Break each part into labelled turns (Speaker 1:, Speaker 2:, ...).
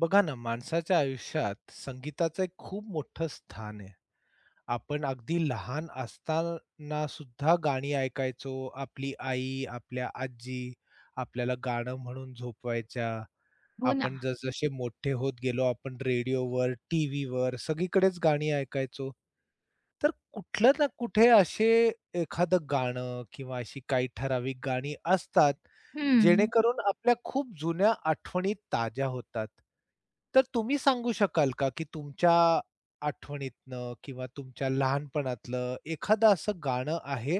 Speaker 1: बघा ना, माणसाच्या आयुष्यात संगीताचं एक खूप मोठं स्थान आहे. आपण अगदी लहान असताना सुद्धा गाणी ऐकायचो. आपली आई, आपल्या आजी आपल्याला गाणं म्हणून झोपवायच्या.
Speaker 2: हो ना.
Speaker 1: आपण जसजसे मोठे होत गेलो, आपण रेडिओवर, टीव्हीवर सगळीकडेच गाणी ऐकायचो. तर कुठलं ना कुठे असे एखादं गाणं किंवा अशी काही ठराविक गाणी असतात,
Speaker 2: हं.
Speaker 1: जेणेकरून आपल्या खूप जुन्या आठवणी ताज्या होतात. तर तुम्ही सांगू शकाल का, की तुमच्या आठवणीतनं किंवा तुमच्या लहानपणातलं एखादं असं गाणं आहे,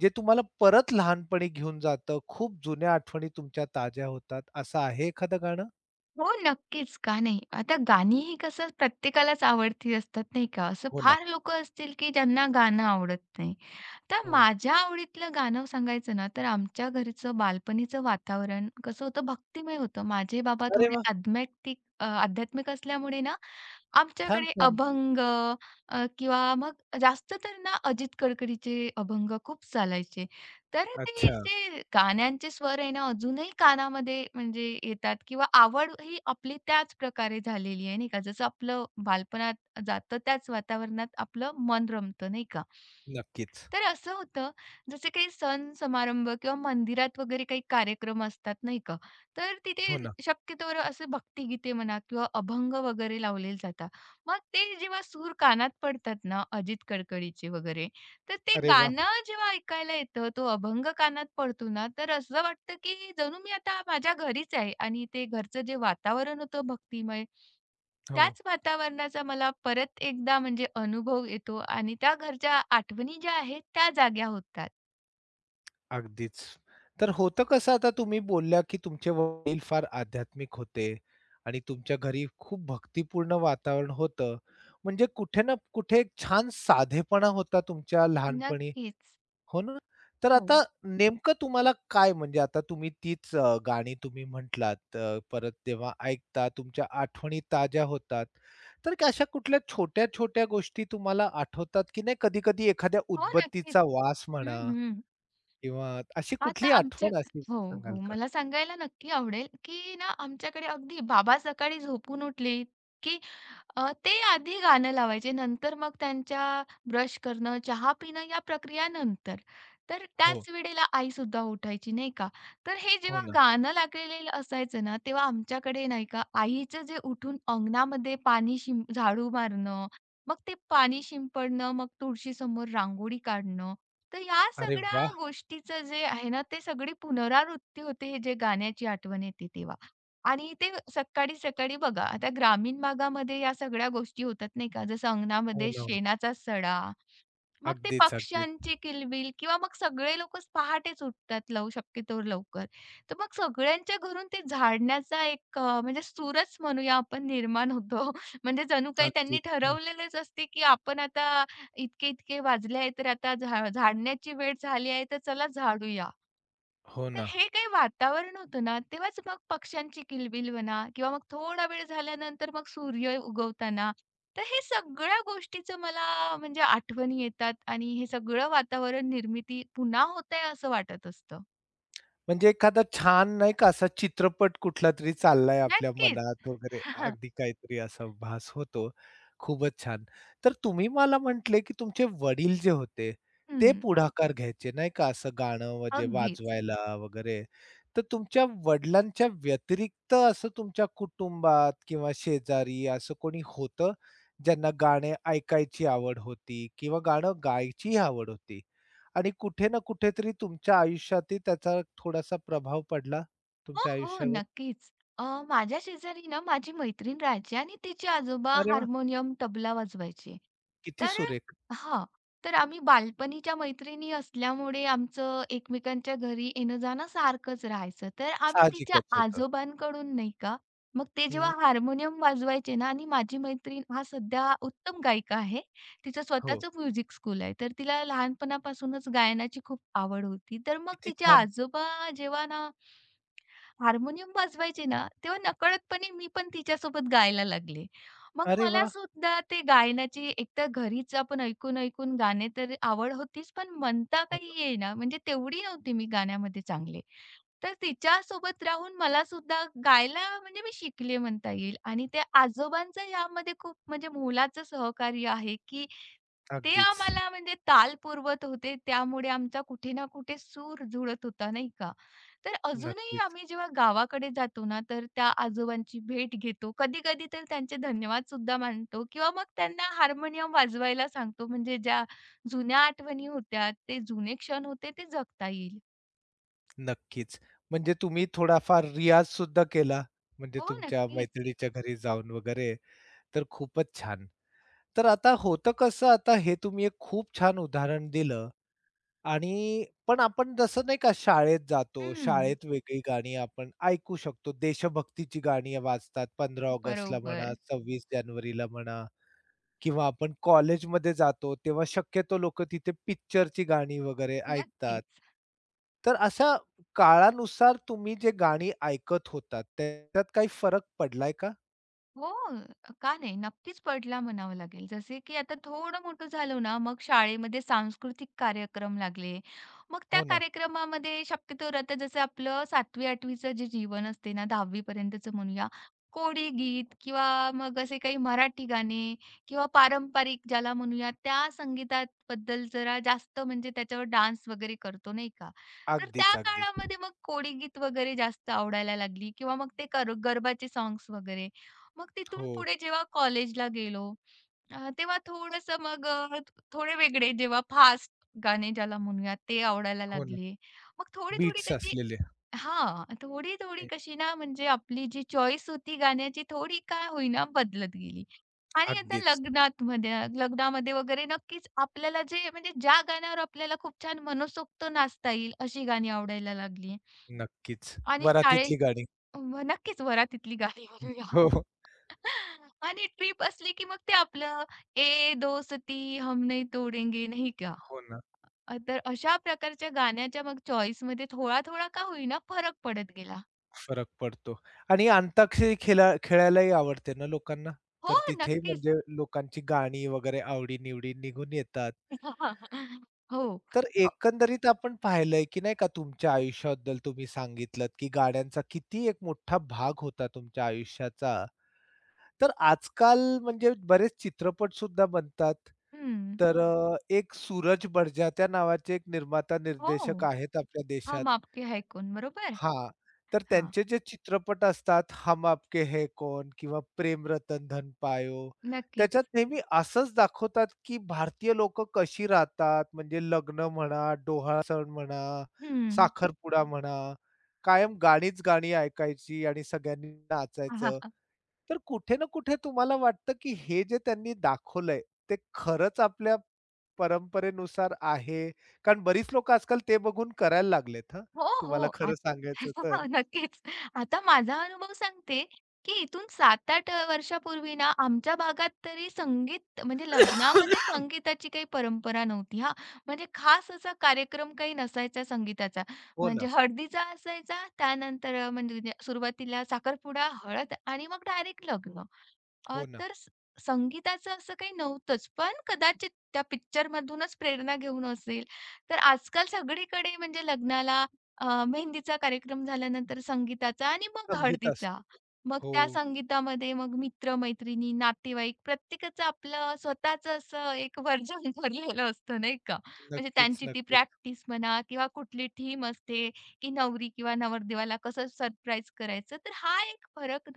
Speaker 1: जे तुम्हाला परत लहानपणी घेऊन जातं, खूप जुन्या आठवणी तुमच्या ताज्या होतात, असं आहे एखादं गाणं?
Speaker 2: हो, नक्कीच. का नाही? आता गाणीही कसं प्रत्येकालाच आवडती असतात, नाही का? असं
Speaker 1: हो ना.
Speaker 2: फार लोक असतील, की ज्यांना गाणं आवडत नाही. तर
Speaker 1: हो.
Speaker 2: माझ्या आवडीतलं गाणं सांगायचं ना, तर आमच्या घरचं बालपणीचं वातावरण कसं होतं, भक्तिमय होतं. माझे बाबा
Speaker 1: अरे
Speaker 2: थोडे
Speaker 1: वाह!
Speaker 2: आध्यात्मिक असल्यामुळे ना,
Speaker 1: छान,
Speaker 2: आमच्याकडे
Speaker 1: छान.
Speaker 2: अभंग किंवा मग जास्त तर ना अजित कडकडीचे अभंग खूप चालायचे. तर ते
Speaker 1: अच्छा.
Speaker 2: जे गाण्यांचे स्वर आहे ना, अजूनही कानामध्ये म्हणजे येतात किंवा आवड ही आपली त्याच प्रकारे झालेली आहे, नाही का? जसं आपलं बालपणात जातं त्याच वातावरणात आपलं मन रमतं, नाही का?
Speaker 1: नक्कीच.
Speaker 2: तर असं होतं, जसे काही सण समारंभ किंवा मंदिरात वगैरे काही कार्यक्रम असतात, नाही का? तर
Speaker 1: हो
Speaker 2: तिथे
Speaker 1: ना.
Speaker 2: शक्यतोवर असे भक्तिगीते म्हणा किंवा अभंग वगैरे लावले जातात. मग ते जेव्हा सूर कानात पडतात ना, अजित कडकडीचे वगैरे, तर ते
Speaker 1: अरे वाह!
Speaker 2: गाणं जेव्हा ऐकायला येतं, तो अभंग कानात पडतो ना, तर असं वाटतं की जणू मी आता माझ्या घरीच आहे आणि ते घरचं जे वातावरण होतं भक्तिमय
Speaker 1: हो.
Speaker 2: त्याच वातावरणाचा मला परत एकदा म्हणजे अनुभव येतो आणि त्या घरच्या आठवणी ज्या आहेत त्या जाग्या होतात.
Speaker 1: अगदीच. तर होतं कसं आता तुम्ही बोलल्या, की तुमचे वडील फार आध्यात्मिक होते आणि तुमच्या घरी खूप भक्तिपूर्ण वातावरण होतं. म्हणजे कुठे ना कुठे एक छान साधेपणा होता तुमच्या लहानपणी,
Speaker 2: नक्कीच.
Speaker 1: हो ना? तर
Speaker 2: हो.
Speaker 1: आता नेमकं तुम्हाला काय म्हणजे आता तुम्ही तीच गाणी तुम्ही म्हटलात परत तेव्हा ऐकता, तुमच्या आठवणी ताज्या होतात. तर काय अशा कुठल्या छोट्या-छोट्या गोष्टी तुम्हाला आठवतात, की नाही कधी-कधी एखाद्या
Speaker 2: हो, नक्कीच.
Speaker 1: उदबत्तीचा वास
Speaker 2: हं,
Speaker 1: म्हणा
Speaker 2: हं.
Speaker 1: किंवा अशी
Speaker 2: आता
Speaker 1: कुठली
Speaker 2: आमच्या
Speaker 1: आठवण असेल
Speaker 2: हो,
Speaker 1: सांगाल
Speaker 2: हो.
Speaker 1: का?
Speaker 2: मला सांगायला नक्की आवडेल, की ना आमच्याकडे अगदी बाबा सकाळी झोपून उठले, की ते आधी गाणं लावायचे. नंतर मग त्यांच्या ब्रश करणं, चहा पिणं या प्रक्रिया नंतर. तर
Speaker 1: हो,
Speaker 2: त्याच वेळेला आई सुद्धा उठायची, नाही का. तर हे
Speaker 1: हो
Speaker 2: जेव्हा
Speaker 1: ना.
Speaker 2: गाणं लागलेलं असायचं ना, तेव्हा आमच्याकडे नाही का आईचं जे उठून अंगणामध्ये पाणी शिंप झाडू मारणं, मग ते पाणी शिंपडणं, मग तुळशीसमोर रांगोळी काढणं तर या
Speaker 1: अरे
Speaker 2: सगळ्या
Speaker 1: वाह!
Speaker 2: गोष्टीचं जे आहे ना, ते सगळी पुनरावृत्ती होते हे जे गाण्याची आठवण येते तेव्हा. आणि ते सकाळी-सकाळी बघा, आता ग्रामीण भागामध्ये या सगळ्या गोष्टी होतात नाही का, जसं
Speaker 1: हो
Speaker 2: अंगणामध्ये
Speaker 1: ना.
Speaker 2: शेणाचा सडा मग ते
Speaker 1: अगदीच, अगदीच,
Speaker 2: पक्ष्यांची किलबिल किंवा मग सगळे लोकच पहाटेच उठतात शक्यतोवर लवकर. तर मग सगळ्यांच्या घरून ते झाडण्याचा एक म्हणजे सूरच म्हणूया आपण निर्माण होतो. म्हणजे जणू काही त्यांनी
Speaker 1: अगदीच. हं.
Speaker 2: ठरवलेलंच असते, की आपण आता इतके-इतके वाजले आहे, तर आता झाडण्याची वेळ झाली आहे, तर चला झाडूया.
Speaker 1: हो
Speaker 2: तर
Speaker 1: ना.
Speaker 2: हे काही वातावरण होतं ना, तेव्हाच मग पक्ष्यांची किलबिल म्हणा किंवा मग थोडा वेळ झाल्यानंतर मग सूर्य उगवताना, तर हे सगळ्या गोष्टीचं मला म्हणजे आठवणी येतात आणि हे सगळं वातावरण निर्मिती पुन्हा होत आहे असं वाटत असतं.
Speaker 1: म्हणजे एखादा छान नाही का असा चित्रपट कुठलातरी चाललाय आपल्या
Speaker 2: नक्कीच.
Speaker 1: मनात वगैरे, अगदी काहीतरी असा भास होतो. खूपच छान. तर तुम्ही मला म्हटले, की तुमचे वडील जे होते, ते
Speaker 2: हं,
Speaker 1: पुढाकार घ्यायचे नाही का असं गाणं म्हणजे
Speaker 2: अगदीच.
Speaker 1: वाजवायला वगैरे. तर तुमच्या वडिलांच्या व्यतिरिक्त असं तुमच्या कुटुंबात किंवा शेजारी असं कोणी होतं, ज्यांना गाणे ऐकायची आवड होती किंवा गाणं गायचीही आवड होती? आणि कुठे ना कुठेतरी तुमच्या आयुष्यातही त्याचा थोडासा प्रभाव पडला
Speaker 2: हो,
Speaker 1: तुमच्या
Speaker 2: हो,
Speaker 1: आयुष्यावर?
Speaker 2: नक्कीच. अ, माझ्या शेजारी ना माझी मैत्रीण राहायची आणि तिचे आजोबा
Speaker 1: अरे वाह!
Speaker 2: हार्मोनियम, तबला वाजवायचे.
Speaker 1: किती
Speaker 2: तर
Speaker 1: सुरेख.
Speaker 2: हां, तर आम्ही बालपणीच्या मैत्रिणी असल्यामुळे आमचं एकमेकांच्या घरी येणं-जाणं सारखंच राहायचं. तर आम्ही तिच्या
Speaker 1: साहजिकच होतं.
Speaker 2: आजोबांकडून नाही का, मग ते जेव्हा
Speaker 1: हं.
Speaker 2: हार्मोनियम वाजवायचे ना आणि माझी मैत्रीण हा सध्या उत्तम गायिका आहे. तिचं
Speaker 1: हो.
Speaker 2: स्वतःचं म्युझिक स्कूल आहे. तर तिला लहानपणापासूनच गायनाची खूप आवड होती. तर मग
Speaker 1: किती
Speaker 2: तिचे
Speaker 1: छान.
Speaker 2: आजोबा जेव्हा ना हार्मोनियम वाजवायची ना, तेव्हा नकळतपणे मी पण तिच्यासोबत गायला लागले. मग
Speaker 1: अरे
Speaker 2: मला
Speaker 1: वाह!
Speaker 2: सुद्धा ते गायनाची एकतर घरीच आपण ऐकून-ऐकून गाणे तर आवड होतीच, पण म्हणता
Speaker 1: हो
Speaker 2: काही
Speaker 1: ना.
Speaker 2: येईना. म्हणजे तेवढी नव्हती मी गाण्यामध्ये चांगले. तर तिच्यासोबत राहून मला सुद्धा गायला म्हणजे मी शिकले म्हणता येईल. आणि त्या आजोबांचं यामध्ये खूप म्हणजे मोलाचं सहकार्य आहे, की ते
Speaker 1: अगदीच.
Speaker 2: आम्हाला म्हणजे ताल पुरवत होते. त्यामुळे आमचा कुठे ना कुठे सूर जुळत होता, नाही का? तर अजूनही
Speaker 1: नक्कीच,
Speaker 2: आम्ही जेव्हा गावाकडे जातो ना, तर त्या आजोबांची भेट घेतो. कधी-कधी तर त्यांचे धन्यवाद सुद्धा मानतो किंवा मग त्यांना हार्मोनियम वाजवायला सांगतो. म्हणजे ज्या जुन्या आठवणी होत्या, ते जुने क्षण होते, ते जगता येईल.
Speaker 1: नक्कीच. म्हणजे तुम्ही थोडाफार रियाज सुद्धा केला. म्हणजे
Speaker 2: हो,
Speaker 1: तुमच्या
Speaker 2: नक्कीच.
Speaker 1: मैत्रिणीच्या घरी जाऊन वगैरे. तर खूपच छान. तर आता होतं कसं आता हे तुम्ही एक खूप छान उदाहरण दिलं आणि पण आपण जसं नाही का शाळेत जातो,
Speaker 2: हं,
Speaker 1: शाळेत वेगळी गाणी आपण ऐकू शकतो. देशभक्तीची गाणी वाजतात 15 ऑगस्टला म्हणा,
Speaker 2: बरोबर.
Speaker 1: 26 जानेवारीला म्हणा किंवा आपण कॉलेजमध्ये जातो, तेव्हा शक्यतो लोकं तिथे पिक्चरची गाणी वगैरे ऐकतात.
Speaker 2: नक्कीच.
Speaker 1: तर अशा काळानुसार तुम्ही जे गाणी ऐकत होतात, त्याच्यात काही फरक पडलाय का?
Speaker 2: हो, का नाही? नक्कीच पडला म्हणावं लागेल. जसे की आता थोडं मोठं झालो ना, मग शाळेमध्ये सांस्कृतिक कार्यक्रम लागले. मग त्या
Speaker 1: हो ना.
Speaker 2: कार्यक्रमामध्ये शक्यतो आता जसं आपलं 7वी-8वी चं जे जीवन असते ना, 10वी पर्यंतचं म्हणूया, कोळी गीत किंवा मग असे काही मराठी गाणे किंवा पारंपरिक ज्याला म्हणूया, त्या संगीताबद्दल जरा जास्त म्हणजे त्याच्यावर डान्स वगैरे करतो, नाही का? तर त्या
Speaker 1: अगदीच, अगदीच.
Speaker 2: काळामध्ये मग कोळी गीत वगैरे जास्त आवडायला लागली किंवा मग ते कर गरबाचे सॉन्ग्स वगैरे. मग तिथून
Speaker 1: हो,
Speaker 2: पुढे जेव्हा कॉलेजला गेलो, तेव्हा थोडंसं मग थोडे वेगळे जेव्हा फास्ट गाणे ज्याला म्हणूयात ते आवडायला
Speaker 1: हो ना.
Speaker 2: लागले. मग थोडी-थोडी
Speaker 1: बीट्स
Speaker 2: कशी
Speaker 1: असलेले.
Speaker 2: हां, थोडी-थोडी
Speaker 1: हं,
Speaker 2: कशी ना म्हणजे आपली जी चॉईस होती गाण्याची थोडी काय होईना बदलत गेली. आणि आता
Speaker 1: अगदीच.
Speaker 2: लग्नात मध्ये लग्नामध्ये वगैरे नक्कीच आपल्याला जे म्हणजे ज्या गाण्यावर आपल्याला खूप छान मनसोक्त नाचता येईल अशी गाणी आवडायला लागली.
Speaker 1: नक्कीच.
Speaker 2: आणि
Speaker 1: वरातीतली
Speaker 2: शाळेत
Speaker 1: गाणी.
Speaker 2: नक्कीच वरातीतली गाणी म्हणूया.
Speaker 1: हो. हो.
Speaker 2: आणि ट्रिप असली की मग ते आपलं "ये दोस्ती हम नहीं तोडेंगे" नाही का?
Speaker 1: हो ना.
Speaker 2: तर अशा प्रकारच्या गाण्याच्या मग चॉईसमध्ये थोडा-थोडा का होईना फरक पडत गेला.
Speaker 1: फरक पडतो आणि अंताक्षरी खेला खेळायलाही आवडते ना लोकांना.
Speaker 2: हो,
Speaker 1: तर तिथेही
Speaker 2: नक्कीच.
Speaker 1: म्हणजे लोकांची गाणी वगैरे आवडी-निवडी निघून येतात.
Speaker 2: हो.
Speaker 1: तर
Speaker 2: अ,
Speaker 1: एकंदरीत आपण पाहिलंय, की नाही का तुमच्या आयुष्याबद्दल तुम्ही सांगितलत, की गाण्यांचा किती एक मोठा भाग होता तुमच्या आयुष्याचा. तर आजकाल म्हणजे बरेच चित्रपटसुद्धा बनतात.
Speaker 2: हं.
Speaker 1: तर एक सूरज बडजात्या नावाचे एक निर्माता
Speaker 2: हो.
Speaker 1: निर्देशक आहेत आपल्या देशात.
Speaker 2: हम आपके है कौन बरोबर?
Speaker 1: हां, तर
Speaker 2: हां,
Speaker 1: त्यांचे जे चित्रपट असतात, हम आपके है कौन किंवा प्रेम रतन धन पायो, त्याच्यात
Speaker 2: नक्कीच.
Speaker 1: नेहमी असंच दाखवतात, की भारतीय लोकं कशी राहतात. म्हणजे लग्न म्हणा, डोहाळ सण म्हणा,
Speaker 2: हं.
Speaker 1: साखरपुडा म्हणा, कायम गाणीच गाणी ऐकायची आणि सगळ्यांनी नाचायचं. तर कुठे ना कुठे तुम्हाला वाटतं, की हे जे त्यांनी दाखवलंय, ते खरंच आपल्या परंपरेनुसार आहे? कारण बरीच लोकं आजकाल ते बघून करायला लागलेत
Speaker 2: हो,
Speaker 1: तुम्हाला
Speaker 2: हो.
Speaker 1: खरं
Speaker 2: आत
Speaker 1: सांगायचं तर.
Speaker 2: नक्कीच. आता माझा अनुभव सांगते, की इथून 7-8 वर्षापूर्वी ना, आमच्या भागात तरी संगीत म्हणजे लग्नामध्ये संगीताची काही परंपरा नव्हती हां. म्हणजे खास असा कार्यक्रम काही नसायचा संगीताचा.
Speaker 1: हो
Speaker 2: म्हणजे
Speaker 1: ना,
Speaker 2: हळदीचा असायचा, त्यानंतर म्हणजे सुरुवातीला साखरपुडा, हळद आणि मग डायरेक्ट लग्न. अ,
Speaker 1: हो ना.
Speaker 2: तर स संगीताचं असं काही नव्हतंच, पण कदाचित त्या पिक्चरमधूनच प्रेरणा घेऊन असेल. तर आजकाल सगळीकडे म्हणजे लग्नाला मेहंदीचा कार्यक्रम झाल्यानंतर संगीताचा आणि मग
Speaker 1: संगीत
Speaker 2: हळदीचा.
Speaker 1: असतो.
Speaker 2: मग
Speaker 1: हो,
Speaker 2: त्या संगीतामध्ये मग मित्र-मैत्रिणी, नातेवाईक प्रत्येकाचं आपलं स्वतःचं असं एक व्हर्जन भरलेलं असतं नाही का? म्हणजे
Speaker 1: नक्कीच,
Speaker 2: त्यांची ती
Speaker 1: नक्कीच.
Speaker 2: प्रॅक्टिस म्हणा किंवा कुठली थीम असते, की नवरी किंवा नवरदेवाला कसं सरप्राईज करायचं. तर हा एक फरक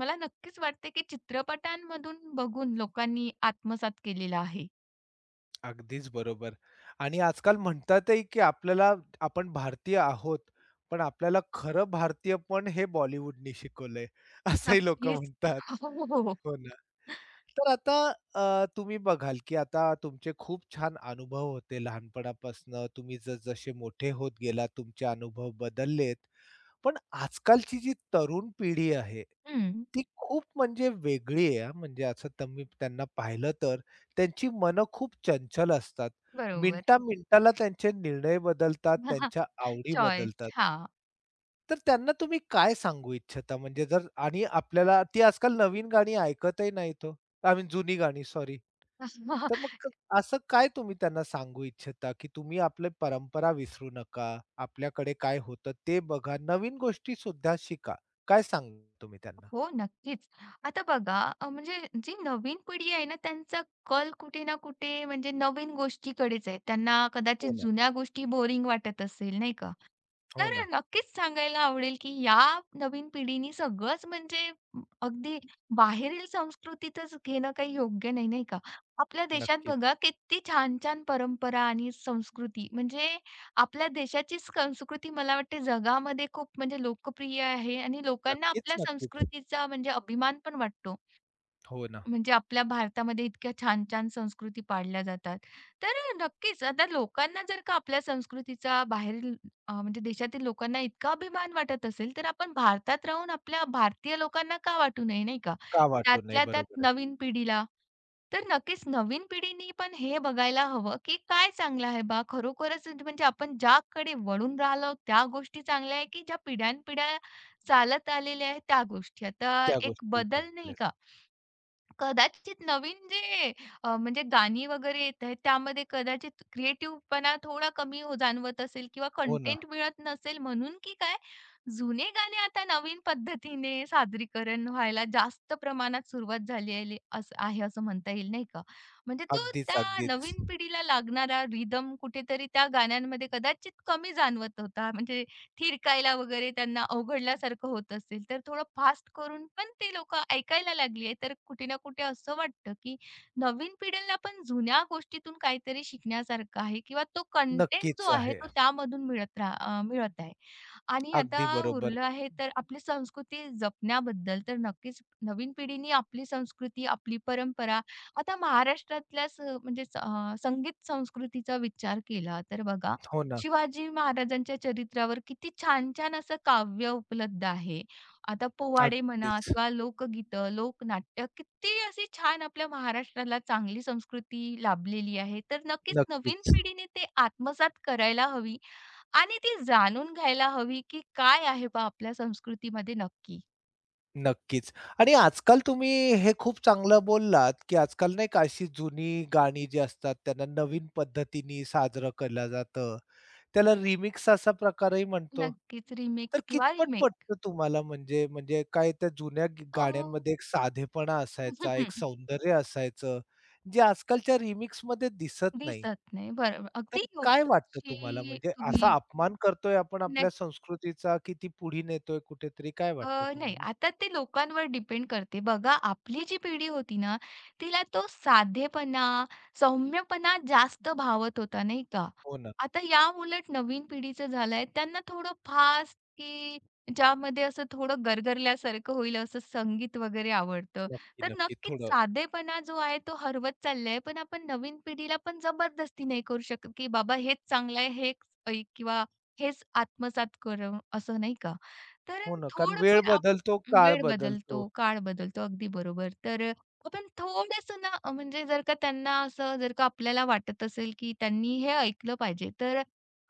Speaker 2: मला नक्कीच वाटते, की चित्रपटांमधून बघून लोकांनी आत्मसात केलेला आहे.
Speaker 1: अगदीच बरोबर. आणि आजकाल म्हणतातही, की आपल्याला आपण भारतीय आहोत, पण आपल्याला खरं भारतीयपण हे बॉलिवूडनी शिकवलंय, असंही लोकं
Speaker 2: नक्कीच.
Speaker 1: म्हणतात.
Speaker 2: हो, हो, हो.
Speaker 1: हो ना. तर आता तुम्ही बघाल, की आता तुमचे खूप छान अनुभव होते लहानपणापासनं. तुम्ही जसजसे मोठे होत गेलात, तुमचे अनुभव बदललेत. पण आजकालची जी तरुण पिढी आहे,
Speaker 2: हं,
Speaker 1: ती खूप म्हणजे वेगळी आहे हां. म्हणजे असं तुम्ही त्यांना पाहिलं तर त्यांची मनं खूप चंचल असतात.
Speaker 2: बरोबर.
Speaker 1: मिनिटा-मिनिटाला त्यांचे निर्णय बदलतात, त्यांच्या आवडी
Speaker 2: चॉईस.
Speaker 1: बदलतात.
Speaker 2: हां.
Speaker 1: तर त्यांना तुम्ही काय सांगू इच्छिता? म्हणजे जर आणि आपल्याला ती आजकाल नवीन गाणी ऐकतही नाहीत हो. आय मीन जुनी गाणी सॉरी. तर मग असं काय तुम्ही त्यांना सांगू इच्छिता, की तुम्ही आपली परंपरा विसरू नका, आपल्याकडे काय होतं ते बघा, नवीन गोष्टीसुद्धा शिका. काय सांगाल तुम्ही त्यांना?
Speaker 2: हो, नक्कीच. आता बघा म्हणजे जी नवीन पिढी आहे ना, त्यांचा कल कुठे ना कुठे म्हणजे नवीन गोष्टीकडेच आहे. त्यांना कदाचित
Speaker 1: हो ना.
Speaker 2: जुन्या गोष्टी बोरिंग वाटत असेल, नाही का?
Speaker 1: हो
Speaker 2: तर
Speaker 1: ना.
Speaker 2: नक्कीच सांगायला आवडेल, की या नवीन पिढीने सगळंच म्हणजे अगदी बाहेरील संस्कृतीतच घेणं काही योग्य नाही, नाही का? आपल्या देशात
Speaker 1: नक्कीच.
Speaker 2: बघा किती छान-छान परंपरा आणि संस्कृती म्हणजे आपल्या देशाचीच संस्कृती मला वाटते जगामध्ये खूप म्हणजे लोकप्रिय आहे आणि लोकांना
Speaker 1: नक्कीच,
Speaker 2: आपल्या
Speaker 1: नक्कीच.
Speaker 2: संस्कृतीचा म्हणजे अभिमान पण वाटतो.
Speaker 1: हो ना.
Speaker 2: म्हणजे आपल्या भारतामध्ये इतक्या छान छान संस्कृती पाळल्या जातात. तर नक्कीच आता लोकांना जर का आपल्या संस्कृतीचा बाहेरील म्हणजे देशातील लोकांना इतका अभिमान वाटत असेल, तर आपण भारतात राहून आपल्या भारतीय लोकांना का वाटू नये, नाही का?
Speaker 1: का वाटू नये,
Speaker 2: त्यातल्या त्यात
Speaker 1: बरोबर आहे.
Speaker 2: नवीन पिढीला. तर नक्कीच नवीन पिढीने पण हे बघायला हवं, की काय चांगलं आहे बा खरोखरच म्हणजे आपण ज्याकडे वळून राहिलो त्या गोष्टी चांगल्या आहे, की ज्या पिढ्यानपिढ्या चालत आलेल्या आहेत त्या गोष्टी. आता
Speaker 1: त्या
Speaker 2: एक
Speaker 1: गोष्टी
Speaker 2: बदल नाही
Speaker 1: आपल्या
Speaker 2: का? कदाचित नवीन जे म्हणजे गाणी वगैरे येत आहेत, त्यामध्ये कदाचित क्रिएटिव्हपणा थोडा कमी जाणवत असेल किंवा
Speaker 1: हो ना.
Speaker 2: कंटेंट मिळत नसेल म्हणून की काय, जुने गाणे आता नवीन पद्धतीने सादरीकरण व्हायला जास्त प्रमाणात सुरुवात झाली आहे असं आहे असं म्हणता येईल, नाही का? म्हणजे तो
Speaker 1: अगदीच,
Speaker 2: त्या
Speaker 1: अगदीच.
Speaker 2: नवीन पिढीला लागणारा रिदम कुठेतरी त्या गाण्यांमध्ये कदाचित कमी जाणवत होता. म्हणजे थिरकायला वगैरे त्यांना अवघडल्यासारखं होत असेल, तर थोडं फास्ट करून पण ते लोकं ऐकायला लागली आहे. तर कुठे ना कुठे असं वाटतं, की नवीन पिढीला पण जुन्या गोष्टीतून काहीतरी शिकण्यासारखं आहे किंवा तो कंटेंट जो
Speaker 1: नक्कीच
Speaker 2: आहे
Speaker 1: आहे.
Speaker 2: तो त्यामधून मिळत आहे. आणि आता
Speaker 1: अगदी बरोबर.
Speaker 2: उरलं आहे तर आपली संस्कृती जपण्याबद्दल, तर नक्कीच नवीन पिढीने आपली संस्कृती, आपली परंपरा आता महाराष्ट्रातल्या स म्हणजे स अ, संगीत संस्कृतीचा विचार केला तर बघा,
Speaker 1: हो ना.
Speaker 2: शिवाजी महाराजांच्या चरित्रावर किती छान-छान असं काव्य उपलब्ध आहे. आता पोवाडे म्हणा
Speaker 1: अगदीच.
Speaker 2: किंवा लोकगीतं, लोकनाट्य किती अशी छान आपल्या महाराष्ट्राला चांगली संस्कृती लाभलेली आहे. तर नक्कीच नवीन
Speaker 1: नक्कीच.
Speaker 2: पिढीने ते आत्मसात करायला हवी आणि ती जाणून घ्यायला हवी, की काय आहे बा आपल्या संस्कृतीमध्ये नक्की.
Speaker 1: नक्कीच. आणि आजकाल तुम्ही हे खूप चांगलं बोललात, की आजकाल नाही का अशी जुनी गाणी जी असतात त्यांना नवीन पद्धतीने साजरं केलं जातं. त्याला रिमिक्स असा प्रकारही म्हणतो.
Speaker 2: नक्कीच
Speaker 1: तर
Speaker 2: रिमिक्स किंवा
Speaker 1: कितपत
Speaker 2: रिमेक
Speaker 1: पटतं तुम्हाला म्हणजे म्हणजे काय त्या जुन्या
Speaker 2: अ,
Speaker 1: गाण्यांमध्ये एक साधेपणा असायचा, एक सौंदर्य असायचं, जे आजकालच्या रिमिक्समध्ये दिसत नाही.
Speaker 2: दिसत नाही. बरोबर.
Speaker 1: तर
Speaker 2: अगदी
Speaker 1: काय वाटतं तुम्हाला
Speaker 2: योगाची
Speaker 1: म्हणजे असा
Speaker 2: तुम्ही
Speaker 1: अपमान करतोय आपण आपल्या
Speaker 2: नक्की
Speaker 1: संस्कृतीचा, की ती पुढे नेतोय कुठेतरी काय वाटतं
Speaker 2: अ, नाही,
Speaker 1: तुम्हाला?
Speaker 2: आता ते लोकांवर डिपेंड करते. बघा, आपली जी पिढी होती ना, तिला तो साधेपणा, सौम्यपणा जास्त भावत होता, नाही का?
Speaker 1: हो ना.
Speaker 2: आता या उलट नवीन पिढीचं झालंय, त्यांना थोडं फास्ट की ज्यामध्ये असं थोडं गरगरल्यासारखं होईल असं संगीत वगैरे आवडतं.
Speaker 1: नक्की,
Speaker 2: तर
Speaker 1: नक्की.
Speaker 2: नक्कीच
Speaker 1: थोडं
Speaker 2: साधेपणा जो आहे तो हरवत चाललाय. पण आपण नवीन पिढीला पण जबरदस्ती नाही करू शकत, की बाबा हेच चांगलं आहे, हेच ऐक किंवा हेच आत्मसात कर असं नाही का? तर
Speaker 1: हो ना, कारण वेळ
Speaker 2: थोडंफार आप
Speaker 1: बदलतो, काळ
Speaker 2: वेळ बदलतो,
Speaker 1: बदलतो.
Speaker 2: काळ बदलतो. अगदी बरोबर. तर आपण थोडंसं ना म्हणजे जर का त्यांना असं जर का आपल्याला वाटत असेल, की त्यांनी हे ऐकलं पाहिजे, तर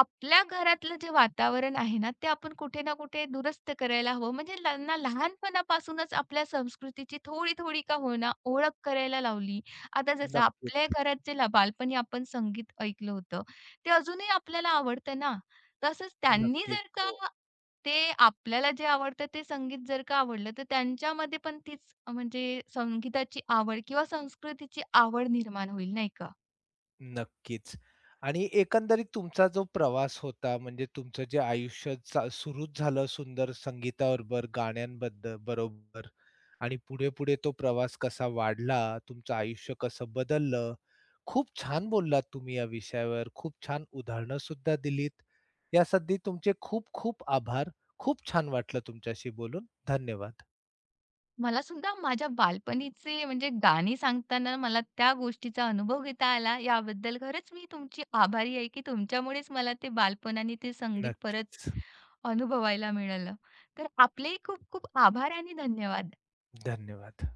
Speaker 2: आपल्या घरातलं जे वातावरण आहे ना, ते आपण कुठे ना कुठे दुरुस्त करायला हवं. म्हणजे त्यांना लहानपणापासूनच आपल्या संस्कृतीची थोडी-थोडी का होईना ओळख करायला लावली. आता जसं आपल्या
Speaker 1: नक्कीच,
Speaker 2: घरात जे ला बालपणी आपण संगीत ऐकलं होतं, ते अजूनही आपल्याला आवडतं ना. तसंच त्यांनी
Speaker 1: नक्कीच.
Speaker 2: जर का
Speaker 1: हो,
Speaker 2: ते आपल्याला जे आवडतं ते संगीत जर का आवडलं, तर त्यांच्यामध्ये पण तीच म्हणजे संगीताची आवड किंवा संस्कृतीची आवड निर्माण होईल, नाही का?
Speaker 1: नक्कीच. आणि एकंदरीत तुमचा जो प्रवास होता, म्हणजे तुमचं जे आयुष्य चा सुरूच झालं सुंदर संगीताबरोबर, गाण्यांबद्दल बरोबर आणि पुढे-पुढे तो प्रवास कसा वाढला, तुमचं आयुष्य कसं बदललं. खूप छान बोललात तुम्ही या विषयावर. खूप छान उदाहरणं सुद्धा दिलीत. यासाठी तुमचे खूप-खूप आभार. खूप छान वाटलं तुमच्याशी बोलून. धन्यवाद.
Speaker 2: मला सुद्धा माझ्या बालपणीचे म्हणजे गाणी सांगताना मला त्या गोष्टीचा अनुभव घेता आला, याबद्दल खरंच मी तुमची आभारी आहे, की तुमच्यामुळेच मला ते बालपण आणि ते संगीत परत
Speaker 1: नक्कीच.
Speaker 2: अनुभवायला मिळालं. तर आपलेही खूप खूप आभार आणि धन्यवाद.
Speaker 1: धन्यवाद.